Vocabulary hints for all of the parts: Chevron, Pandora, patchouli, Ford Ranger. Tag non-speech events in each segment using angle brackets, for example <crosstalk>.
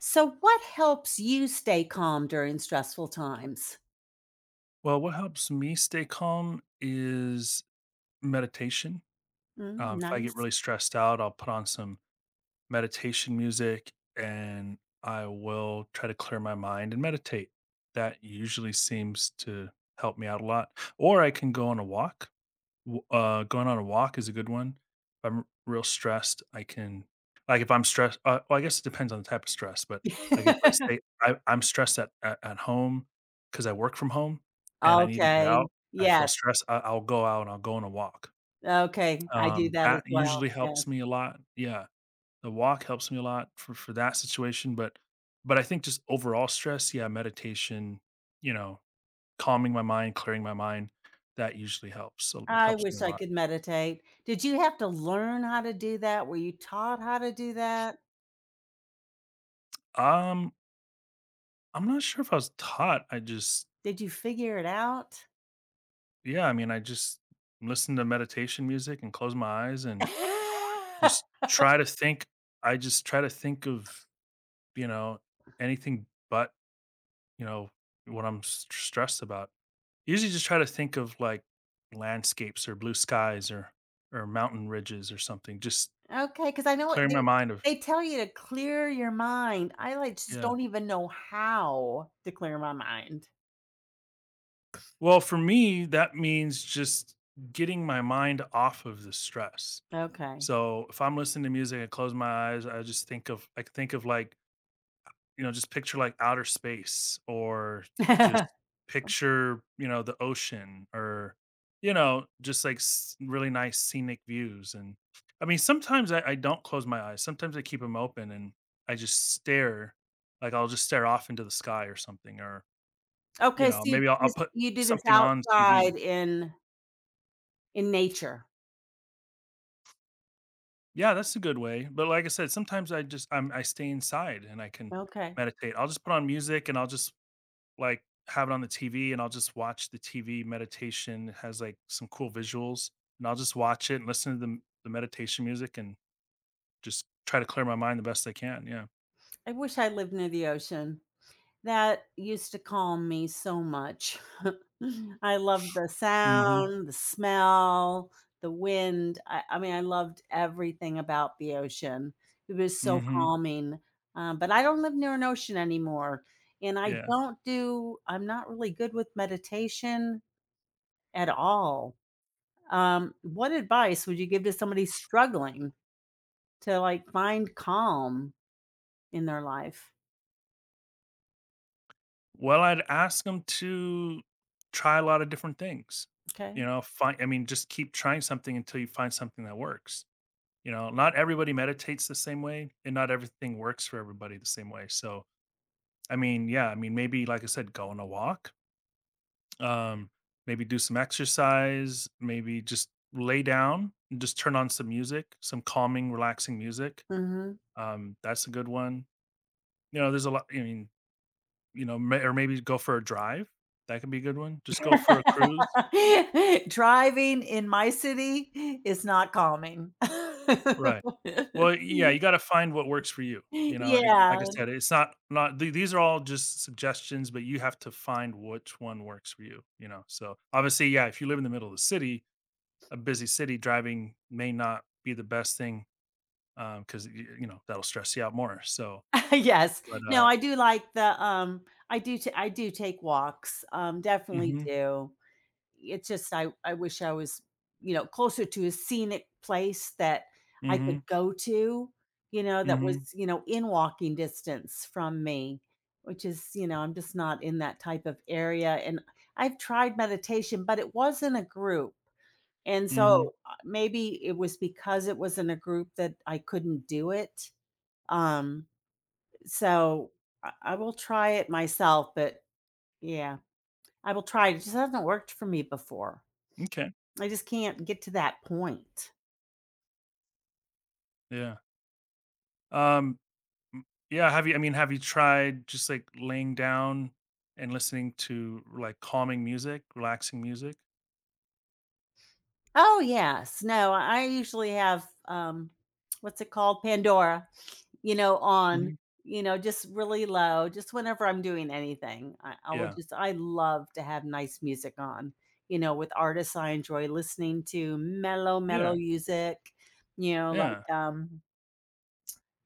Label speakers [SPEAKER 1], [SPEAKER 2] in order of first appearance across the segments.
[SPEAKER 1] So, what helps you stay calm during stressful times?
[SPEAKER 2] Well, what helps me stay calm is meditation.
[SPEAKER 1] Mm,
[SPEAKER 2] If I get
[SPEAKER 1] nice.
[SPEAKER 2] really stressed out, I'll put on some meditation music and I will try to clear my mind and meditate. That usually seems to help me out a lot. Or I can go on a walk. W going on a walk is a good one. If I'm real stressed, I can like, if I'm stressed well, I guess it depends on the type of stress, but, like, if let's
[SPEAKER 1] <laughs>
[SPEAKER 2] say I'm stressed at home because I work from home and I need to get
[SPEAKER 1] Okay.
[SPEAKER 2] out, I feel
[SPEAKER 1] Yes.
[SPEAKER 2] stressed, I'll go out and I'll go on a walk.
[SPEAKER 1] Okay. I do
[SPEAKER 2] Um,
[SPEAKER 1] that
[SPEAKER 2] that
[SPEAKER 1] as
[SPEAKER 2] usually
[SPEAKER 1] well. Yes.
[SPEAKER 2] helps me a lot. Yeah, the walk helps me a lot for that situation, but I think just overall stress, yeah, meditation, you know, calming my mind, clearing my mind, that usually helps, so, it
[SPEAKER 1] I
[SPEAKER 2] helps me
[SPEAKER 1] wish
[SPEAKER 2] a
[SPEAKER 1] I
[SPEAKER 2] lot.
[SPEAKER 1] could meditate. Did you have to learn how to do that? Were you taught how to do that?
[SPEAKER 2] Um, I'm not sure if I was taught. I just,
[SPEAKER 1] Did you figure it out?
[SPEAKER 2] yeah, I mean, I just listen to meditation music and close my eyes and
[SPEAKER 1] <laughs>
[SPEAKER 2] just try to think. I just try to think of, you know, anything but, you know, what I'm stressed about. Usually just try to think of like landscapes or blue skies or mountain ridges or something, just
[SPEAKER 1] Okay. Because I know what
[SPEAKER 2] clearing my mind of,
[SPEAKER 1] they tell you to clear your mind. I, like, just
[SPEAKER 2] yeah.
[SPEAKER 1] don't even know how to clear my mind.
[SPEAKER 2] Well, for me, that means just getting my mind off of the stress.
[SPEAKER 1] Okay.
[SPEAKER 2] So if I'm listening to music and close my eyes, I can think of like, just picture like outer space or just
[SPEAKER 1] <laughs>
[SPEAKER 2] picture, the ocean or, just like really nice scenic views. And I mean, sometimes I don't close my eyes. Sometimes I keep them open and I just stare, like I'll just stare off into the sky or something, or,
[SPEAKER 1] Okay, so
[SPEAKER 2] maybe I'll put
[SPEAKER 1] you do this
[SPEAKER 2] something on TV.
[SPEAKER 1] outside in nature.
[SPEAKER 2] Yeah, that's a good way, but like I said, sometimes I stay inside and I can
[SPEAKER 1] Okay.
[SPEAKER 2] meditate. I'll just put on music and I'll just, like, have it on the TV and I'll just watch the TV meditation. It has, like, some cool visuals, and I'll just watch it and listen to the meditation music and just try to clear my mind the best I can, yeah.
[SPEAKER 1] I wish I lived near the ocean. That used to calm me so much. <laughs> I loved the
[SPEAKER 2] Mhm,
[SPEAKER 1] sound, the smell, the wind. I mean, I loved everything about the ocean. It was so
[SPEAKER 2] mhm,
[SPEAKER 1] calming. But I don't live near an ocean anymore, and I
[SPEAKER 2] yeah.
[SPEAKER 1] don't do I'm not really good with meditation at all. What advice would you give to somebody struggling to, like, find calm in their life?
[SPEAKER 2] Well, I'd ask them to try a lot of different things,
[SPEAKER 1] Okay.
[SPEAKER 2] you know, find. I mean, just keep trying something until you find something that works. You know, not everybody meditates the same way and not everything works for everybody the same way. So, I mean, yeah, maybe like I said, go on a walk, um, maybe do some exercise, maybe just lay down and just turn on some music, some calming, relaxing music.
[SPEAKER 1] Mhm.
[SPEAKER 2] That's a good one. You know, there's a lot, I mean, or maybe go for a drive. That could be a good one. Just go for a cruise.
[SPEAKER 1] <laughs> Driving in my city is not calming. <laughs>
[SPEAKER 2] Right. Well, yeah, you gotta find what works for you, and like
[SPEAKER 1] Yeah.
[SPEAKER 2] I said, it's not these are all just suggestions, but you have to find which one works for you, you know? So, obviously, yeah, if you live in the middle of the city, a busy city, driving may not be the best thing, because that'll stress you out more, so
[SPEAKER 1] <laughs> Yes.
[SPEAKER 2] but,
[SPEAKER 1] No,
[SPEAKER 2] uh
[SPEAKER 1] I do like the I do ta I do take walks, definitely
[SPEAKER 2] mm
[SPEAKER 1] do. It's just I wish I was, you know, closer to a scenic place that I could
[SPEAKER 2] Mhm,
[SPEAKER 1] go to, you know,
[SPEAKER 2] mm
[SPEAKER 1] that was,
[SPEAKER 2] mhm,
[SPEAKER 1] you know, in walking distance from me, which is, you know, I'm just not in that type of area, and I've tried meditation, but it was not a group, and
[SPEAKER 2] mhm, mhm.
[SPEAKER 1] so, maybe it was because it was in a group that I couldn't do it, um, so I will try it myself, but yeah, I will try it just hasn't worked for me before.
[SPEAKER 2] Okay,
[SPEAKER 1] I just can't get to that point.
[SPEAKER 2] yeah. Um M Yeah, have you I mean, have you tried just, like, laying down and listening to, like, calming music, relaxing music?
[SPEAKER 1] Oh, yes. No, I usually have, what's it called? Pandora, you know, on,
[SPEAKER 2] Mhm.
[SPEAKER 1] you know, just really low, just whenever I'm doing anything. I will
[SPEAKER 2] Yeah.
[SPEAKER 1] just, I love to have nice music on, you know, with artists I enjoy listening to, mellow, mellow
[SPEAKER 2] Yeah,
[SPEAKER 1] music, you know, like,
[SPEAKER 2] yeah,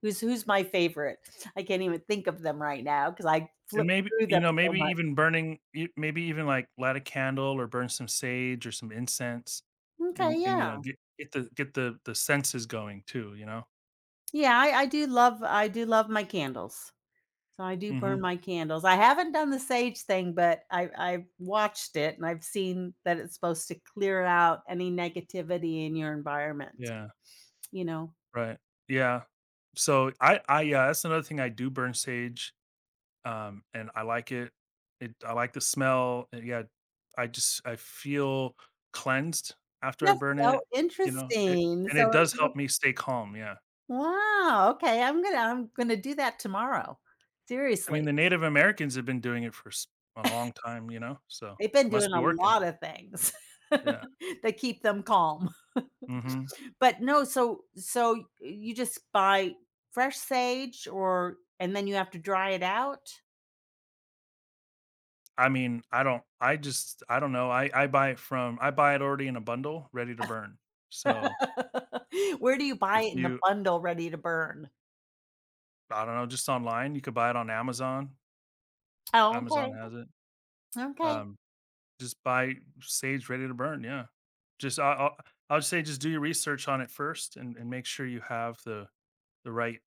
[SPEAKER 1] who's my favorite? I can't even think of them right now because I
[SPEAKER 2] and
[SPEAKER 1] flip
[SPEAKER 2] maybe
[SPEAKER 1] through them so
[SPEAKER 2] maybe
[SPEAKER 1] much.
[SPEAKER 2] even burning e maybe even, like, light a candle or burn some sage or some incense and
[SPEAKER 1] Okay.
[SPEAKER 2] and,
[SPEAKER 1] Yeah.
[SPEAKER 2] get the senses going too, you know?
[SPEAKER 1] Yeah. I do love, I do love my candles. So I do burn
[SPEAKER 2] Mhm.
[SPEAKER 1] my candles. I haven't done the sage thing, but I I've watched it and I've seen that it's supposed to clear out any negativity in your environment,
[SPEAKER 2] Yeah,
[SPEAKER 1] you know?
[SPEAKER 2] right. Yeah. So, I yeah, that's another thing I do burn sage. And I like it. I like the smell. And yeah, I feel cleansed after I
[SPEAKER 1] That's
[SPEAKER 2] burn
[SPEAKER 1] so
[SPEAKER 2] it, you know? It
[SPEAKER 1] interesting.
[SPEAKER 2] and
[SPEAKER 1] So
[SPEAKER 2] it does help me stay calm, yeah.
[SPEAKER 1] wow, okay, I'm gonna do that tomorrow.
[SPEAKER 2] I mean,
[SPEAKER 1] Seriously.
[SPEAKER 2] the Native Americans have been doing it for s a long time, you know? So,
[SPEAKER 1] They've been
[SPEAKER 2] must
[SPEAKER 1] doing
[SPEAKER 2] be
[SPEAKER 1] a
[SPEAKER 2] working.
[SPEAKER 1] lot of things <laughs>
[SPEAKER 2] Yeah.
[SPEAKER 1] that keep them calm.
[SPEAKER 2] Mhm.
[SPEAKER 1] But no, so you just buy fresh sage or and then you have to dry it out?
[SPEAKER 2] I mean, I don't know. I buy it from I buy it already in a bundle ready to burn. So,
[SPEAKER 1] <laughs> Where do you buy
[SPEAKER 2] if
[SPEAKER 1] it in a
[SPEAKER 2] you
[SPEAKER 1] bundle ready to burn?
[SPEAKER 2] I don't know, just online, you could buy it on Amazon.
[SPEAKER 1] Oh,
[SPEAKER 2] Amazon
[SPEAKER 1] okay.
[SPEAKER 2] has it.
[SPEAKER 1] Okay.
[SPEAKER 2] Um Just buy sage ready to burn, yeah. Just I would say just do your research on it first and make sure you have the right,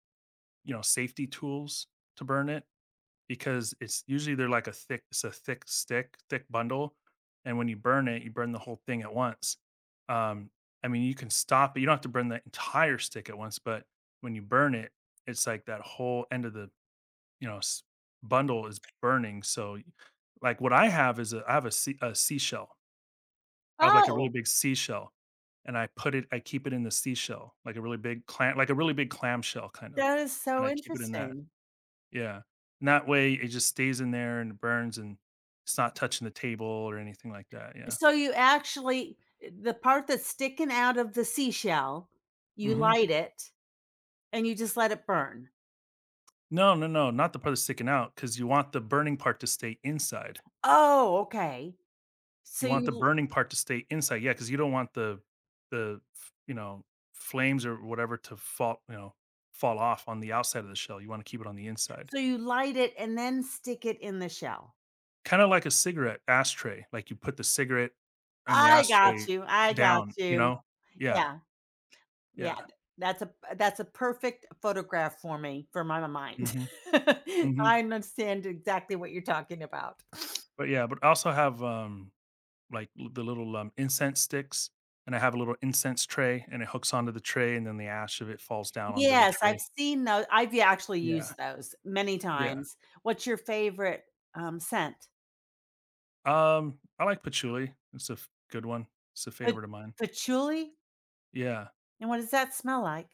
[SPEAKER 2] safety tools to burn it because it's usually they're like a thick it's a thick stick, thick bundle, and when you burn it, you burn the whole thing at once. Um, I mean, you can stop it. You don't have to burn the entire stick at once, but when you burn it, it's like that whole end of the, you know, s- bundle is burning, so like what I have is a I have a sea, a seashell I have, like, a really
[SPEAKER 1] Oh,
[SPEAKER 2] big seashell, and I put it I keep it in the seashell, like a really big clamshell kind of,
[SPEAKER 1] that is
[SPEAKER 2] and
[SPEAKER 1] so
[SPEAKER 2] I keep it in that.
[SPEAKER 1] interesting.
[SPEAKER 2] Yeah, and that way, it just stays in there and it burns, and it's not touching the table or anything like that, yeah.
[SPEAKER 1] So you actually the part that's sticking out of the seashell, you
[SPEAKER 2] Mhm.
[SPEAKER 1] light it and you just let it burn.
[SPEAKER 2] No, no, no, not the part that's sticking out, because you want the burning part to stay inside.
[SPEAKER 1] Oh, okay. So
[SPEAKER 2] You want the
[SPEAKER 1] you
[SPEAKER 2] burning part to stay inside, yeah, because you don't want the the f you know, flames or whatever to fall off on the outside of the shell, you wanna keep it on the inside.
[SPEAKER 1] so you light it and then stick it in the shell.
[SPEAKER 2] Kinda like a cigarette ashtray, like, you put the cigarette and the
[SPEAKER 1] I got
[SPEAKER 2] ashtray
[SPEAKER 1] you. I got
[SPEAKER 2] down, you
[SPEAKER 1] you.
[SPEAKER 2] know? Yeah,
[SPEAKER 1] Yeah. Yeah,
[SPEAKER 2] yeah.
[SPEAKER 1] th that's a perfect photograph for me, for my mind.
[SPEAKER 2] Mhm,
[SPEAKER 1] <laughs>
[SPEAKER 2] mhm.
[SPEAKER 1] I understand exactly what you're talking about.
[SPEAKER 2] But, yeah, but I also have, like, l the little, incense sticks, and I have a little incense tray, and it hooks onto the tray, and then the ash of it falls down onto the
[SPEAKER 1] Yes,
[SPEAKER 2] tray.
[SPEAKER 1] I've seen those. I've actually
[SPEAKER 2] Yeah,
[SPEAKER 1] used those many
[SPEAKER 2] yeah.
[SPEAKER 1] times. What's your favorite, scent?
[SPEAKER 2] I like patchouli. It's a f good one. It's a
[SPEAKER 1] Pa
[SPEAKER 2] favorite of mine.
[SPEAKER 1] patchouli?
[SPEAKER 2] Yeah.
[SPEAKER 1] And what does that smell like?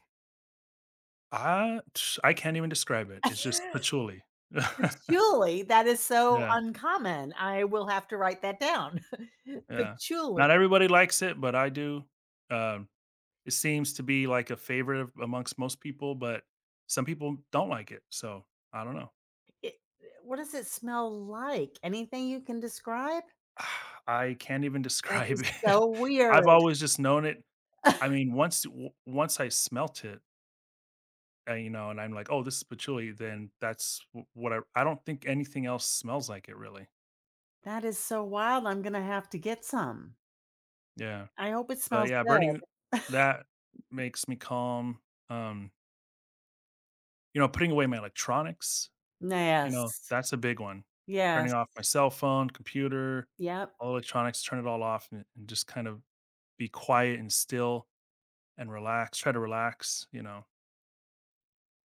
[SPEAKER 2] I <tsk> I can't even describe it. It's just
[SPEAKER 1] <laughs>
[SPEAKER 2] patchouli. <laughs>
[SPEAKER 1] Patchouli? That is so
[SPEAKER 2] Yeah.
[SPEAKER 1] uncommon. I will have to write that down. <laughs>
[SPEAKER 2] Yeah.
[SPEAKER 1] Patchouli.
[SPEAKER 2] Not everybody likes it, but I do. Um, it seems to be like a favorite amongst most people, but some people don't like it. So I don't know.
[SPEAKER 1] It what does it smell like? Anything you can describe?
[SPEAKER 2] <sighs> I can't even
[SPEAKER 1] That
[SPEAKER 2] describe
[SPEAKER 1] is
[SPEAKER 2] it.
[SPEAKER 1] so
[SPEAKER 2] <laughs> I've
[SPEAKER 1] weird.
[SPEAKER 2] always just known it. I
[SPEAKER 1] <laughs>
[SPEAKER 2] mean, once once I smelt it, and I'm like, oh, this is patchouli. Then that's what I. I don't think anything else smells like it, really.
[SPEAKER 1] That is so wild, I'm gonna have to get some.
[SPEAKER 2] Yeah,
[SPEAKER 1] I hope it
[SPEAKER 2] but
[SPEAKER 1] smells
[SPEAKER 2] yeah, burning
[SPEAKER 1] good. <laughs>
[SPEAKER 2] that makes me calm. Um, putting away my electronics. You know,
[SPEAKER 1] Yes.
[SPEAKER 2] that's a big one. Turning
[SPEAKER 1] Yes.
[SPEAKER 2] off my cell phone, computer,
[SPEAKER 1] Yep.
[SPEAKER 2] all electronics, turn it all off and just kind of be quiet and still and relax. Try to relax, you know.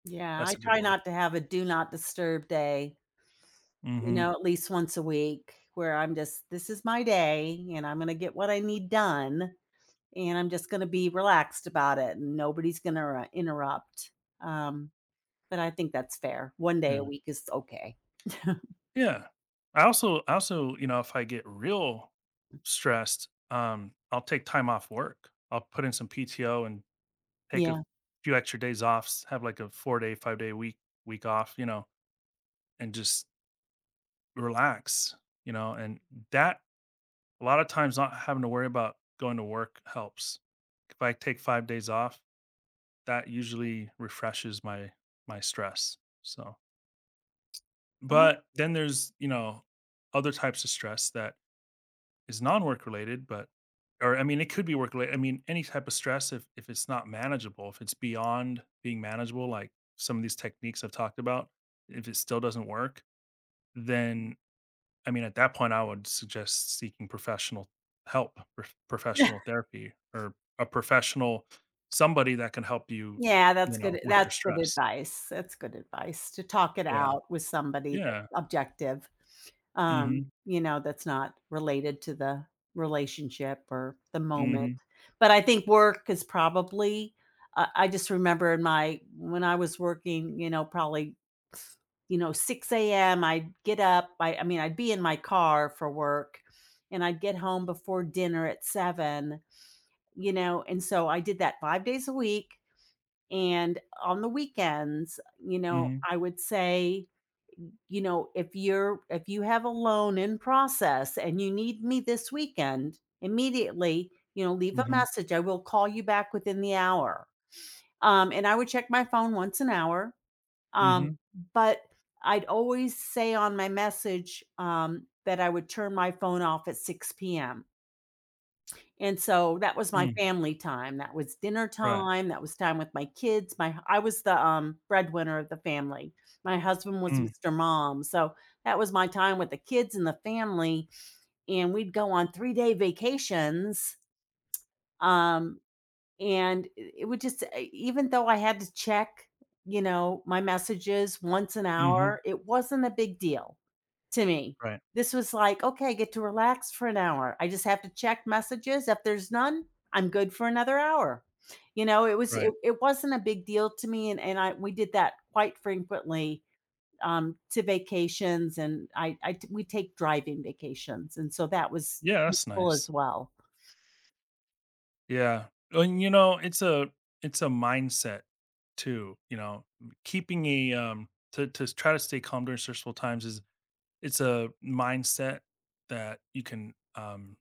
[SPEAKER 1] Yeah,
[SPEAKER 2] That's
[SPEAKER 1] I
[SPEAKER 2] a good
[SPEAKER 1] try
[SPEAKER 2] one.
[SPEAKER 1] not to have a do not disturb day, you
[SPEAKER 2] Hmm.
[SPEAKER 1] know, at least once a week where I'm just, "This is my day, and I'm gonna get what I need done, and I'm just gonna be relaxed about it, and nobody's gonna interrupt." Um, but I think that's fair. 1 day a
[SPEAKER 2] Yeah.
[SPEAKER 1] week is okay. <laughs>
[SPEAKER 2] Yeah. I also, if I get real stressed, I'll take time off work. I'll put in some PTO and take a
[SPEAKER 1] Yeah.
[SPEAKER 2] few extra days off, have like a 4-day, 5-day week off, and just relax, you know, and that a lot of times not having to worry about going to work helps. If I take 5 days off, that usually refreshes my stress, so
[SPEAKER 1] Uh-huh.
[SPEAKER 2] but then there's, other types of stress that is non-work related, but or I mean, it could be work related. I mean, any type of stress if it's not manageable, if it's beyond being manageable, like some of these techniques I've talked about, if it still doesn't work, then I mean, at that point, I would suggest seeking professional help, professional therapy, or a professional somebody that can help you,
[SPEAKER 1] Yeah,
[SPEAKER 2] with your stress.
[SPEAKER 1] that's good advice to talk it
[SPEAKER 2] Yeah.
[SPEAKER 1] out with somebody that's
[SPEAKER 2] Yeah.
[SPEAKER 1] objective,
[SPEAKER 2] Mm-hmm.
[SPEAKER 1] you know, that's not related to the relationship or the moment,
[SPEAKER 2] Mm-hmm.
[SPEAKER 1] but I think work is probably I just remember in my when I was working, you know, probably, you know, 6 a.m., I'd get up, I mean, I'd be in my car for work, and I'd get home before dinner at 7, you know, and so I did that 5 days a week, and on the weekends, you know,
[SPEAKER 2] Mm-hmm.
[SPEAKER 1] I would say, you know, if you're if you have a loan in process and you need me this weekend, immediately, you know, leave a
[SPEAKER 2] Mm-hmm.
[SPEAKER 1] message. I will call you back within the hour. And I would check my phone once an hour. Um,
[SPEAKER 2] Mm-hmm.
[SPEAKER 1] but I'd always say on my message that I would turn my phone off at 6 p.m. And so that was my
[SPEAKER 2] Mm.
[SPEAKER 1] family time, that was dinner
[SPEAKER 2] Right.
[SPEAKER 1] time, that was time with my kids, my I was the, breadwinner of the family. My husband was
[SPEAKER 2] Mm.
[SPEAKER 1] Mr. Mom, so that was my time with the kids and the family, and we'd go on three-day vacations, um, and it would just e, even though I had to check, you know, my messages once an
[SPEAKER 2] Mm-hmm.
[SPEAKER 1] hour, it wasn't a big deal to me.
[SPEAKER 2] Right.
[SPEAKER 1] This was like, okay, I get to relax for an hour. I just have to check messages. If there's none, I'm good for another hour. You know, it was
[SPEAKER 2] Right.
[SPEAKER 1] it wasn't a big deal to me. And I we did that quite frequently to vacations and I t- we take driving vacations. And so that was
[SPEAKER 2] Yeah, that's
[SPEAKER 1] useful as
[SPEAKER 2] nice.
[SPEAKER 1] well.
[SPEAKER 2] Yeah. And you know, it's a mindset too, keeping a to try to stay calm during stressful times is. It's a mindset that you can, um,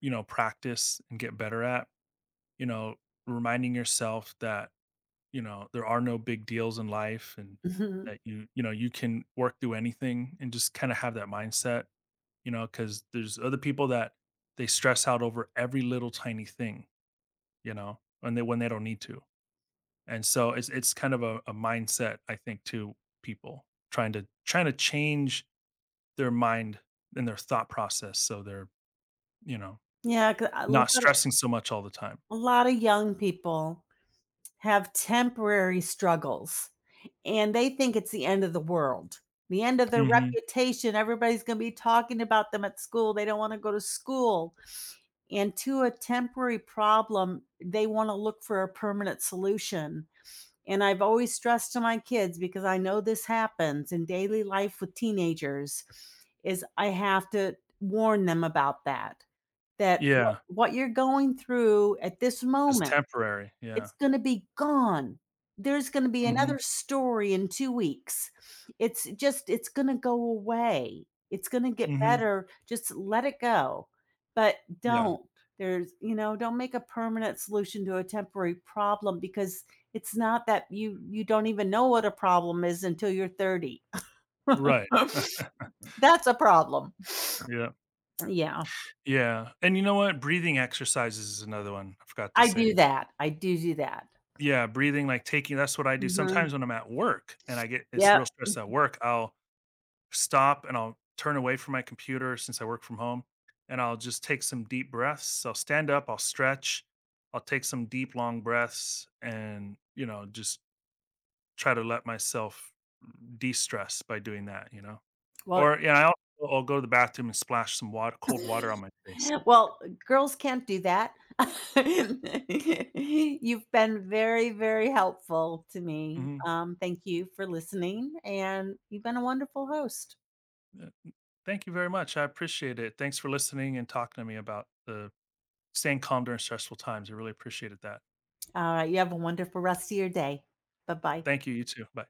[SPEAKER 2] you know, practice and get better at, you know, reminding yourself that, there are no big deals in life and
[SPEAKER 1] Mhm.
[SPEAKER 2] that you can work through anything and just kind of have that mindset, because there's other people that they stress out over every little tiny thing, and they when they don't need to. And so it's kind of a mindset, I think, to people trying to change their mind and their thought process so they're you know,
[SPEAKER 1] Yeah, 'cause
[SPEAKER 2] not stressing so much all the time.
[SPEAKER 1] a lot of young people have temporary struggles and they think it's the end of the world, the end of their
[SPEAKER 2] Mhm.
[SPEAKER 1] reputation. Everybody's going to be talking about them at school. They don't want to go to school. And to a temporary problem, they want to look for a permanent solution. And I've always stressed to my kids because I know this happens in daily life with teenagers is I have to warn them about that that
[SPEAKER 2] Yeah,
[SPEAKER 1] what you're going through at this
[SPEAKER 2] it's
[SPEAKER 1] moment
[SPEAKER 2] temporary, yeah.
[SPEAKER 1] it's gonna be gone. There's gonna be
[SPEAKER 2] Mhm,
[SPEAKER 1] another story in 2 weeks. It's just it's gonna go away. It's gonna get
[SPEAKER 2] mhm,
[SPEAKER 1] better. Just let it go, but
[SPEAKER 2] yeah,
[SPEAKER 1] don't. There's you know, don't make a permanent solution to a temporary problem because it's not that you don't even know what a problem is until you're 30.
[SPEAKER 2] right,
[SPEAKER 1] <laughs> That's a problem.
[SPEAKER 2] yeah,
[SPEAKER 1] Yeah.
[SPEAKER 2] yeah, and you know what? Breathing exercises is another one I forgot to
[SPEAKER 1] I do
[SPEAKER 2] say.
[SPEAKER 1] that. I do that.
[SPEAKER 2] Yeah, breathing, like, taking that's what I do
[SPEAKER 1] Mhm.
[SPEAKER 2] sometimes when I'm at work and I get it's real
[SPEAKER 1] Yep.
[SPEAKER 2] stressed at work, I'll stop and I'll turn away from my computer since I work from home, and I'll just take some deep breaths. I'll stand up, I'll stretch, I'll take some deep, long breaths, and, just try to let myself de-stress by doing that, you know?
[SPEAKER 1] Well
[SPEAKER 2] Or, yeah, I'll go to the bathroom and splash some wat cold water
[SPEAKER 1] <laughs>
[SPEAKER 2] on my face.
[SPEAKER 1] Well, girls can't do that. <laughs> You've been very, very helpful to me.
[SPEAKER 2] Mhm.
[SPEAKER 1] Thank you for listening, and you've been a wonderful host.
[SPEAKER 2] Yeah, mm. Thank you very much, I appreciate it. Thanks for listening and talking to me about the staying calm during stressful times, I really appreciated that.
[SPEAKER 1] All right, you have a wonderful rest of your day. Bye bye.
[SPEAKER 2] Thank you, you too. Bye.